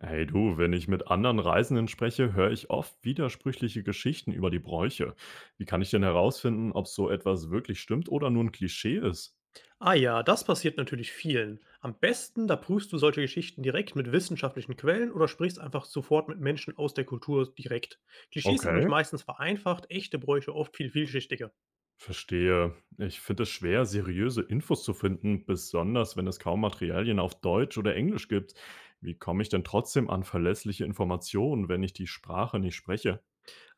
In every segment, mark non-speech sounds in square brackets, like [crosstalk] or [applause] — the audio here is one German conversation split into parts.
Hey du, wenn ich mit anderen Reisenden spreche, höre ich oft widersprüchliche Geschichten über die Bräuche. Wie kann ich denn herausfinden, ob so etwas wirklich stimmt oder nur ein Klischee ist? Ah ja, das passiert natürlich vielen. Am besten, da prüfst du solche Geschichten direkt mit wissenschaftlichen Quellen oder sprichst einfach sofort mit Menschen aus der Kultur direkt. Klischees sind nämlich Okay, meistens vereinfacht, echte Bräuche oft viel vielschichtiger. verstehe. Ich finde es schwer, seriöse Infos zu finden, besonders wenn es kaum Materialien auf Deutsch oder Englisch gibt. Wie komme ich denn trotzdem an verlässliche Informationen, wenn ich die Sprache nicht spreche?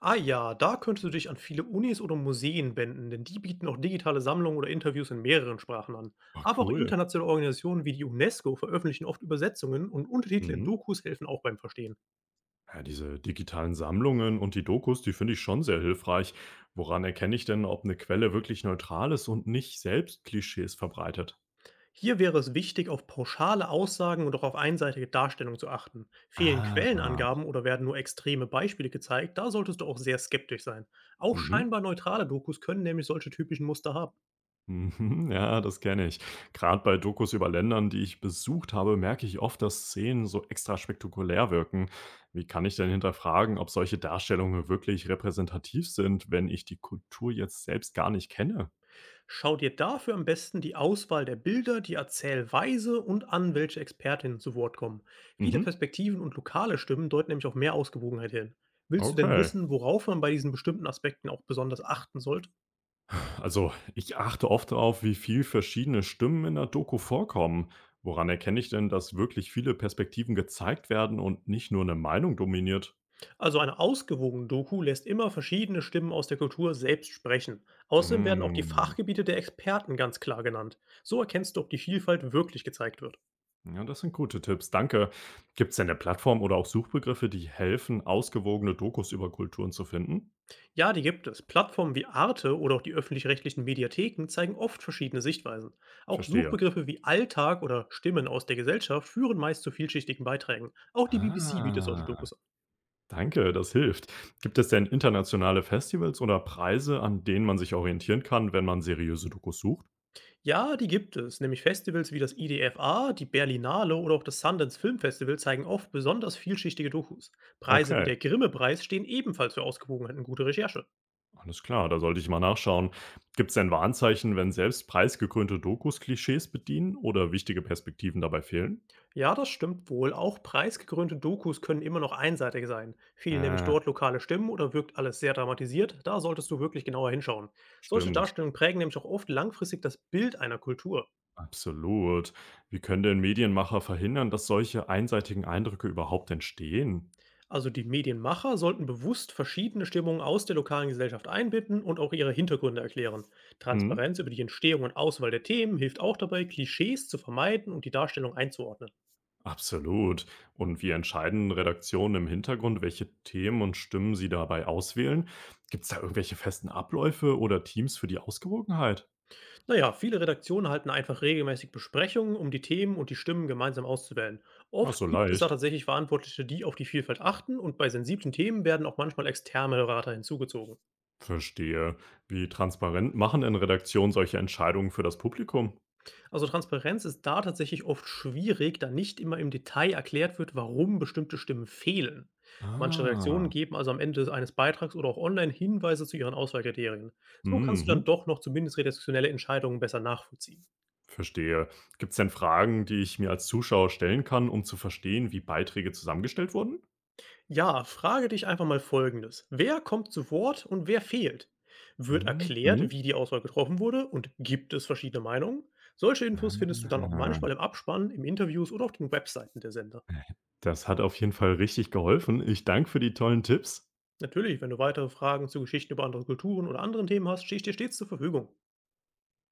Ah ja, da könntest du dich an viele Unis oder Museen wenden, denn die bieten auch digitale Sammlungen oder Interviews in mehreren Sprachen an. Ach Aber auch cool. internationale Organisationen wie die UNESCO veröffentlichen oft Übersetzungen, und Untertitel in Mhm. Dokus helfen auch beim Verstehen. Ja, diese digitalen Sammlungen und die Dokus, die finde ich schon sehr hilfreich. Woran erkenne ich denn, ob eine Quelle wirklich neutral ist und nicht selbst Klischees verbreitet? Hier wäre es wichtig, auf pauschale Aussagen und auch auf einseitige Darstellung zu achten. Fehlen Ah. Quellenangaben oder werden nur extreme Beispiele gezeigt, da solltest du auch sehr skeptisch sein. Auch Mhm. scheinbar [laughs] neutrale Dokus können nämlich solche typischen Muster haben. Mhm, ja, das kenne ich. Gerade bei Dokus über Ländern, die ich besucht habe, merke ich oft, dass Szenen so extra spektakulär wirken. Wie kann ich denn hinterfragen, ob solche Darstellungen wirklich repräsentativ sind, wenn ich die Kultur jetzt selbst gar nicht kenne? Schau dir dafür am besten die Auswahl der Bilder, die Erzählweise und an, welche Expertinnen zu Wort kommen. Viele Mhm. Perspektiven und lokale Stimmen deuten nämlich auf mehr Ausgewogenheit hin. Willst du denn Okay. wissen, worauf man bei diesen bestimmten Aspekten auch besonders achten sollte? Also, ich achte oft darauf, wie viel verschiedene Stimmen in der Doku vorkommen. Woran erkenne ich denn, dass wirklich viele Perspektiven gezeigt werden und nicht nur eine Meinung dominiert? Also eine ausgewogene Doku lässt immer verschiedene Stimmen aus der Kultur selbst sprechen. Außerdem werden auch die Mm, Fachgebiete der Experten ganz klar genannt. So erkennst du, ob die Vielfalt wirklich gezeigt wird. ja, das sind gute Tipps, danke. Gibt es denn eine Plattform oder auch Suchbegriffe, die helfen, ausgewogene Dokus über Kulturen zu finden? Ja, die gibt es. Plattformen wie Arte oder auch die öffentlich-rechtlichen Mediatheken zeigen oft verschiedene Sichtweisen. Auch Verstehe. Suchbegriffe wie Alltag oder Stimmen aus der Gesellschaft führen meist zu vielschichtigen Beiträgen. Auch die BBC bietet solche Ah, Dokus. danke, das hilft. Gibt es denn internationale Festivals oder Preise, an denen man sich orientieren kann, wenn man seriöse Dokus sucht? Ja, die gibt es. Nämlich Festivals wie das IDFA, die Berlinale oder auch das Sundance Film Festival zeigen oft besonders vielschichtige Dokus. Preise wie Okay. der Grimme-Preis stehen ebenfalls für Ausgewogenheit und gute Recherche. Alles klar, da sollte ich mal nachschauen. Gibt es denn Warnzeichen, wenn selbst preisgekrönte Dokus Klischees bedienen oder wichtige Perspektiven dabei fehlen? Ja, das stimmt wohl. Auch preisgekrönte Dokus können immer noch einseitig sein. Fehlen nämlich Äh, dort lokale Stimmen oder wirkt alles sehr dramatisiert, da solltest du wirklich genauer hinschauen. Solche stimmt. Darstellungen prägen nämlich auch oft langfristig das Bild einer Kultur. Absolut. Wie können denn Medienmacher verhindern, dass solche einseitigen Eindrücke überhaupt entstehen? Also die Medienmacher sollten bewusst verschiedene Stimmungen aus der lokalen Gesellschaft einbinden und auch ihre Hintergründe erklären. Hm? Transparenz über die Entstehung und Auswahl der Themen hilft auch dabei, Klischees zu vermeiden und die Darstellung einzuordnen. Absolut. Und wie entscheiden Redaktionen im Hintergrund, welche Themen und Stimmen sie dabei auswählen? Gibt es da irgendwelche festen Abläufe oder Teams für die Ausgewogenheit? Naja, viele Redaktionen halten einfach regelmäßig Besprechungen, um die Themen und die Stimmen gemeinsam auszuwählen. Ach Oft so gibt es da leicht. tatsächlich Verantwortliche, die auf die Vielfalt achten, und bei sensiblen Themen werden auch manchmal externe Berater hinzugezogen. Verstehe. Wie transparent machen denn Redaktionen solche Entscheidungen für das Publikum? Also Transparenz ist da tatsächlich oft schwierig, da nicht immer im Detail erklärt wird, warum bestimmte Stimmen fehlen. Manche Redaktionen Ah. geben also am Ende eines Beitrags oder auch online Hinweise zu ihren Auswahlkriterien. So kannst du dann Mhm. doch noch zumindest redaktionelle Entscheidungen besser nachvollziehen. Verstehe. Gibt es denn Fragen, die ich mir als Zuschauer stellen kann, um zu verstehen, wie Beiträge zusammengestellt wurden? Ja, frage dich einfach mal Folgendes: Wer kommt zu Wort und wer fehlt? Wird Mhm. erklärt, Mhm. wie die Auswahl getroffen wurde, und gibt es verschiedene Meinungen? Solche Infos findest du dann auch Ah. manchmal im Abspann, im Interviews oder auf den Webseiten der Sender. Das hat auf jeden Fall richtig geholfen. Ich danke für die tollen Tipps. Natürlich, wenn du weitere Fragen zu Geschichten über andere Kulturen oder anderen Themen hast, stehe ich dir stets zur Verfügung.